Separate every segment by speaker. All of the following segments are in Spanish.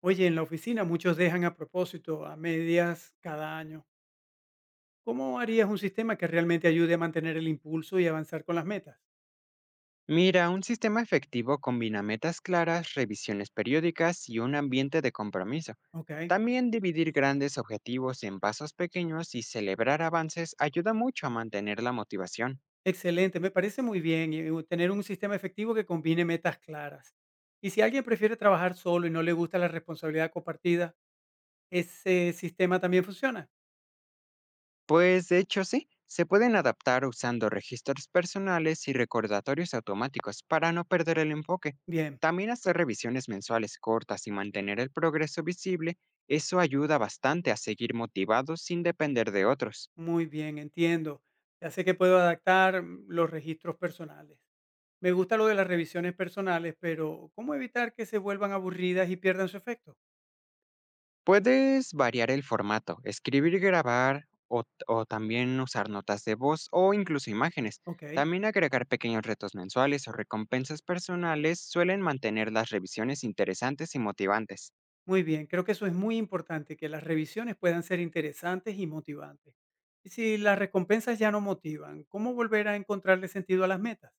Speaker 1: Oye, en la oficina muchos dejan a propósito, a medias, cada año. ¿Cómo harías un sistema que realmente ayude a mantener el impulso y avanzar con las metas?
Speaker 2: Mira, un sistema efectivo combina metas claras, revisiones periódicas y un ambiente de compromiso.
Speaker 1: Ok,
Speaker 2: También dividir grandes objetivos en pasos pequeños y celebrar avances ayuda mucho a mantener la motivación.
Speaker 1: excelente, me parece muy bien y tener un sistema efectivo que combine metas claras. Y si alguien prefiere trabajar solo y no le gusta la responsabilidad compartida, ¿ese sistema también funciona?
Speaker 2: Pues de hecho sí, se pueden adaptar usando registros personales y recordatorios automáticos para no perder el enfoque.
Speaker 1: Bien,
Speaker 2: También hacer revisiones mensuales cortas y mantener el progreso visible, eso ayuda bastante a seguir motivados sin depender de otros.
Speaker 1: muy bien, entiendo. Ya sé que puedo adaptar los registros personales. Me gusta lo de las revisiones personales, pero ¿cómo evitar que se vuelvan aburridas y pierdan su efecto?
Speaker 2: Puedes variar el formato, escribir y grabar o también usar notas de voz o incluso imágenes.
Speaker 1: Ok,
Speaker 2: También agregar pequeños retos mensuales o recompensas personales suelen mantener las revisiones interesantes y motivantes.
Speaker 1: muy bien. Creo que eso es muy importante, que las revisiones puedan ser interesantes y motivantes. Y si las recompensas ya no motivan, ¿cómo volver a encontrarle sentido a las metas?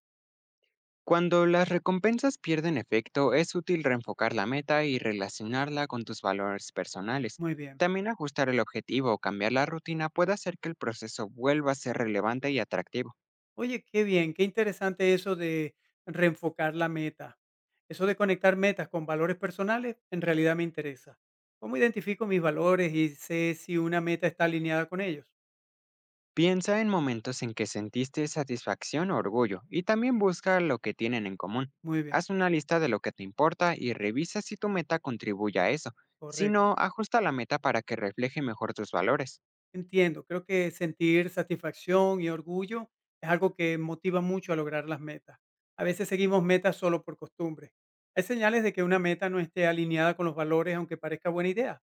Speaker 2: Cuando las recompensas pierden efecto, es útil reenfocar la meta y relacionarla con tus valores personales.
Speaker 1: Muy bien.
Speaker 2: También ajustar el objetivo o cambiar la rutina puede hacer que el proceso vuelva a ser relevante y atractivo.
Speaker 1: Oye, qué bien, qué interesante eso de reenfocar la meta. Eso de conectar metas con valores personales en realidad me interesa. ¿Cómo identifico mis valores y sé si una meta está alineada con ellos?
Speaker 2: Piensa en momentos en que sentiste satisfacción o orgullo y también busca lo que tienen en común.
Speaker 1: Muy bien,
Speaker 2: Haz una lista de lo que te importa y revisa si tu meta contribuye a eso. Si
Speaker 1: correcto.
Speaker 2: no, ajusta la meta para que refleje mejor tus valores.
Speaker 1: Entiendo, creo que sentir satisfacción y orgullo es algo que motiva mucho a lograr las metas. A veces seguimos metas solo por costumbre. Hay señales de que una meta no esté alineada con los valores, aunque parezca buena idea.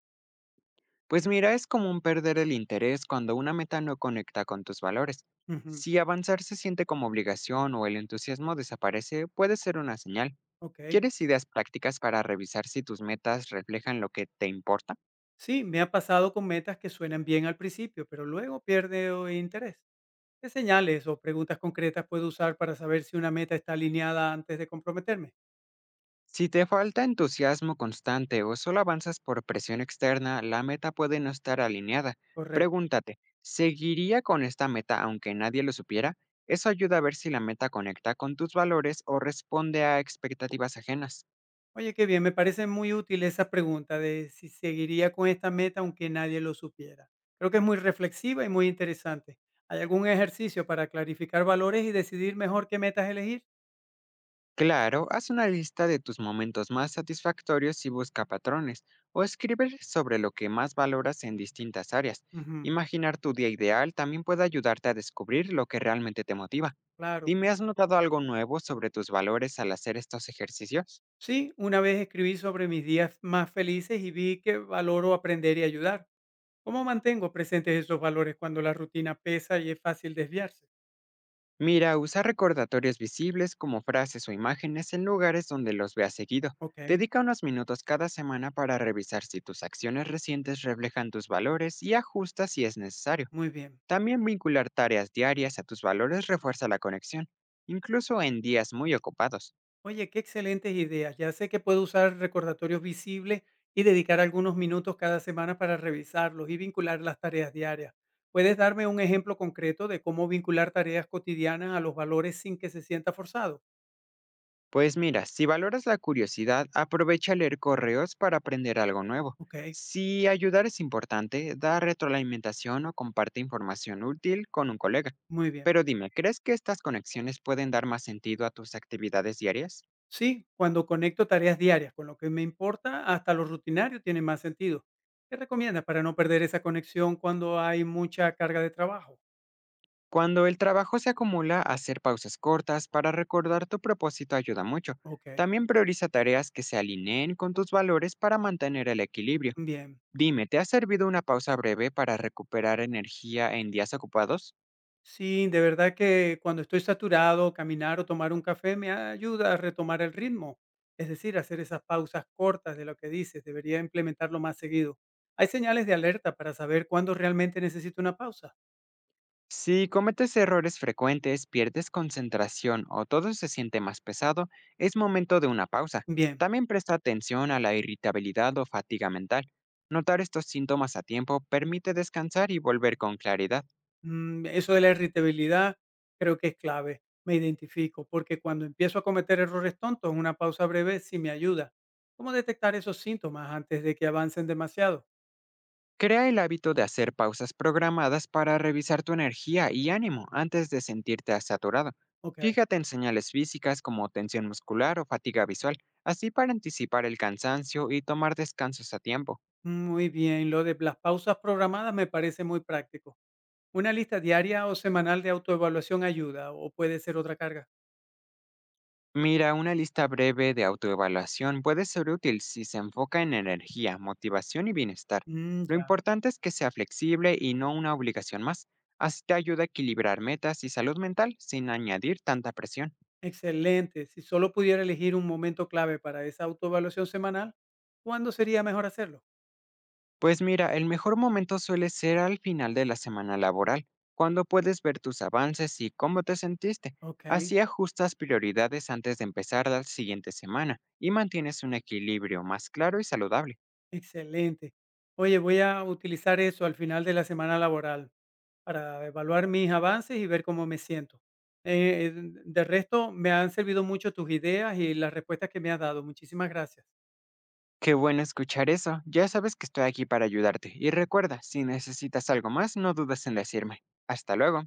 Speaker 2: Pues mira, es común perder el interés cuando una meta no conecta con tus valores.
Speaker 1: Ujú,
Speaker 2: Si avanzar se siente como obligación o el entusiasmo desaparece, puede ser una señal.
Speaker 1: ok.
Speaker 2: ¿Quieres ideas prácticas para revisar si tus metas reflejan lo que te importa?
Speaker 1: Sí, me ha pasado con metas que suenan bien al principio, pero luego pierde interés. ¿Qué señales o preguntas concretas puedo usar para saber si una meta está alineada antes de comprometerme?
Speaker 2: Si te falta entusiasmo constante o solo avanzas por presión externa, la meta puede no estar alineada.
Speaker 1: Correcto.
Speaker 2: Pregúntate, ¿seguiría con esta meta aunque nadie lo supiera? Eso ayuda a ver si la meta conecta con tus valores o responde a expectativas ajenas.
Speaker 1: Oye, qué bien, me parece muy útil esa pregunta de si seguiría con esta meta aunque nadie lo supiera. Creo que es muy reflexiva y muy interesante. ¿Hay algún ejercicio para clarificar valores y decidir mejor qué metas elegir?
Speaker 2: Claro, haz una lista de tus momentos más satisfactorios y busca patrones, o escribe sobre lo que más valoras en distintas áreas.
Speaker 1: Ujú,
Speaker 2: Imaginar tu día ideal también puede ayudarte a descubrir lo que realmente te motiva.
Speaker 1: claro.
Speaker 2: Dime, ¿has notado algo nuevo sobre tus valores al hacer estos ejercicios?
Speaker 1: Sí, una vez escribí sobre mis días más felices y vi que valoro aprender y ayudar. ¿Cómo mantengo presentes esos valores cuando la rutina pesa y es fácil desviarse?
Speaker 2: Mira, usa recordatorios visibles como frases o imágenes en lugares donde los veas seguido.
Speaker 1: Ok,
Speaker 2: Dedica unos minutos cada semana para revisar si tus acciones recientes reflejan tus valores y ajusta si es necesario.
Speaker 1: muy bien.
Speaker 2: También vincular tareas diarias a tus valores refuerza la conexión, incluso en días muy ocupados.
Speaker 1: Oye, qué excelentes ideas. Ya sé que puedo usar recordatorios visibles y dedicar algunos minutos cada semana para revisarlos y vincular las tareas diarias. ¿Puedes darme un ejemplo concreto de cómo vincular tareas cotidianas a los valores sin que se sienta forzado?
Speaker 2: Pues mira, si valoras la curiosidad, aprovecha leer correos para aprender algo nuevo.
Speaker 1: Ok,
Speaker 2: Si ayudar es importante, da retroalimentación o comparte información útil con un colega.
Speaker 1: muy bien.
Speaker 2: Pero dime, ¿crees que estas conexiones pueden dar más sentido a tus actividades diarias?
Speaker 1: Sí, cuando conecto tareas diarias con lo que me importa, hasta lo rutinario tiene más sentido. ¿Qué recomiendas para no perder esa conexión cuando hay mucha carga de trabajo?
Speaker 2: Cuando el trabajo se acumula, hacer pausas cortas para recordar tu propósito ayuda mucho.
Speaker 1: Ok,
Speaker 2: También prioriza tareas que se alineen con tus valores para mantener el equilibrio.
Speaker 1: bien.
Speaker 2: Dime, ¿te ha servido una pausa breve para recuperar energía en días ocupados?
Speaker 1: Sí, de verdad que cuando estoy saturado, caminar o tomar un café me ayuda a retomar el ritmo, es decir, hacer esas pausas cortas de lo que dices, debería implementarlo más seguido. Hay señales de alerta para saber cuándo realmente necesito una pausa.
Speaker 2: Si cometes errores frecuentes, pierdes concentración o todo se siente más pesado, es momento de una pausa.
Speaker 1: Bien,
Speaker 2: También presta atención a la irritabilidad o fatiga mental. Notar estos síntomas a tiempo permite descansar y volver con claridad.
Speaker 1: eso de la irritabilidad creo que es clave, me identifico, porque cuando empiezo a cometer errores tontos, una pausa breve sí me ayuda. ¿Cómo detectar esos síntomas antes de que avancen demasiado?
Speaker 2: Crea el hábito de hacer pausas programadas para revisar tu energía y ánimo antes de sentirte saturado.
Speaker 1: Ok,
Speaker 2: Fíjate en señales físicas como tensión muscular o fatiga visual, así para anticipar el cansancio y tomar descansos a tiempo.
Speaker 1: muy bien, lo de las pausas programadas me parece muy práctico. Una lista diaria o semanal de autoevaluación ayuda o puede ser otra carga.
Speaker 2: Mira, una lista breve de autoevaluación puede ser útil si se enfoca en energía, motivación y bienestar.
Speaker 1: Mm,
Speaker 2: Lo
Speaker 1: ya,
Speaker 2: importante es que sea flexible y no una obligación más. Así te ayuda a equilibrar metas y salud mental sin añadir tanta presión.
Speaker 1: excelente. Si solo pudiera elegir un momento clave para esa autoevaluación semanal, ¿cuándo sería mejor hacerlo?
Speaker 2: Pues mira, el mejor momento suele ser al final de la semana laboral, cuando puedes ver tus avances y cómo te sentiste.
Speaker 1: Ok,
Speaker 2: Así ajustas prioridades antes de empezar la siguiente semana y mantienes un equilibrio más claro y saludable.
Speaker 1: excelente. Oye, voy a utilizar eso al final de la semana laboral para evaluar mis avances y ver cómo me siento. Eh, de resto, me han servido mucho tus ideas y las respuestas que me has dado. Muchísimas gracias.
Speaker 2: Qué bueno escuchar eso. Ya sabes que estoy aquí para ayudarte. Y recuerda, si necesitas algo más, no dudes en decirme. Hasta luego.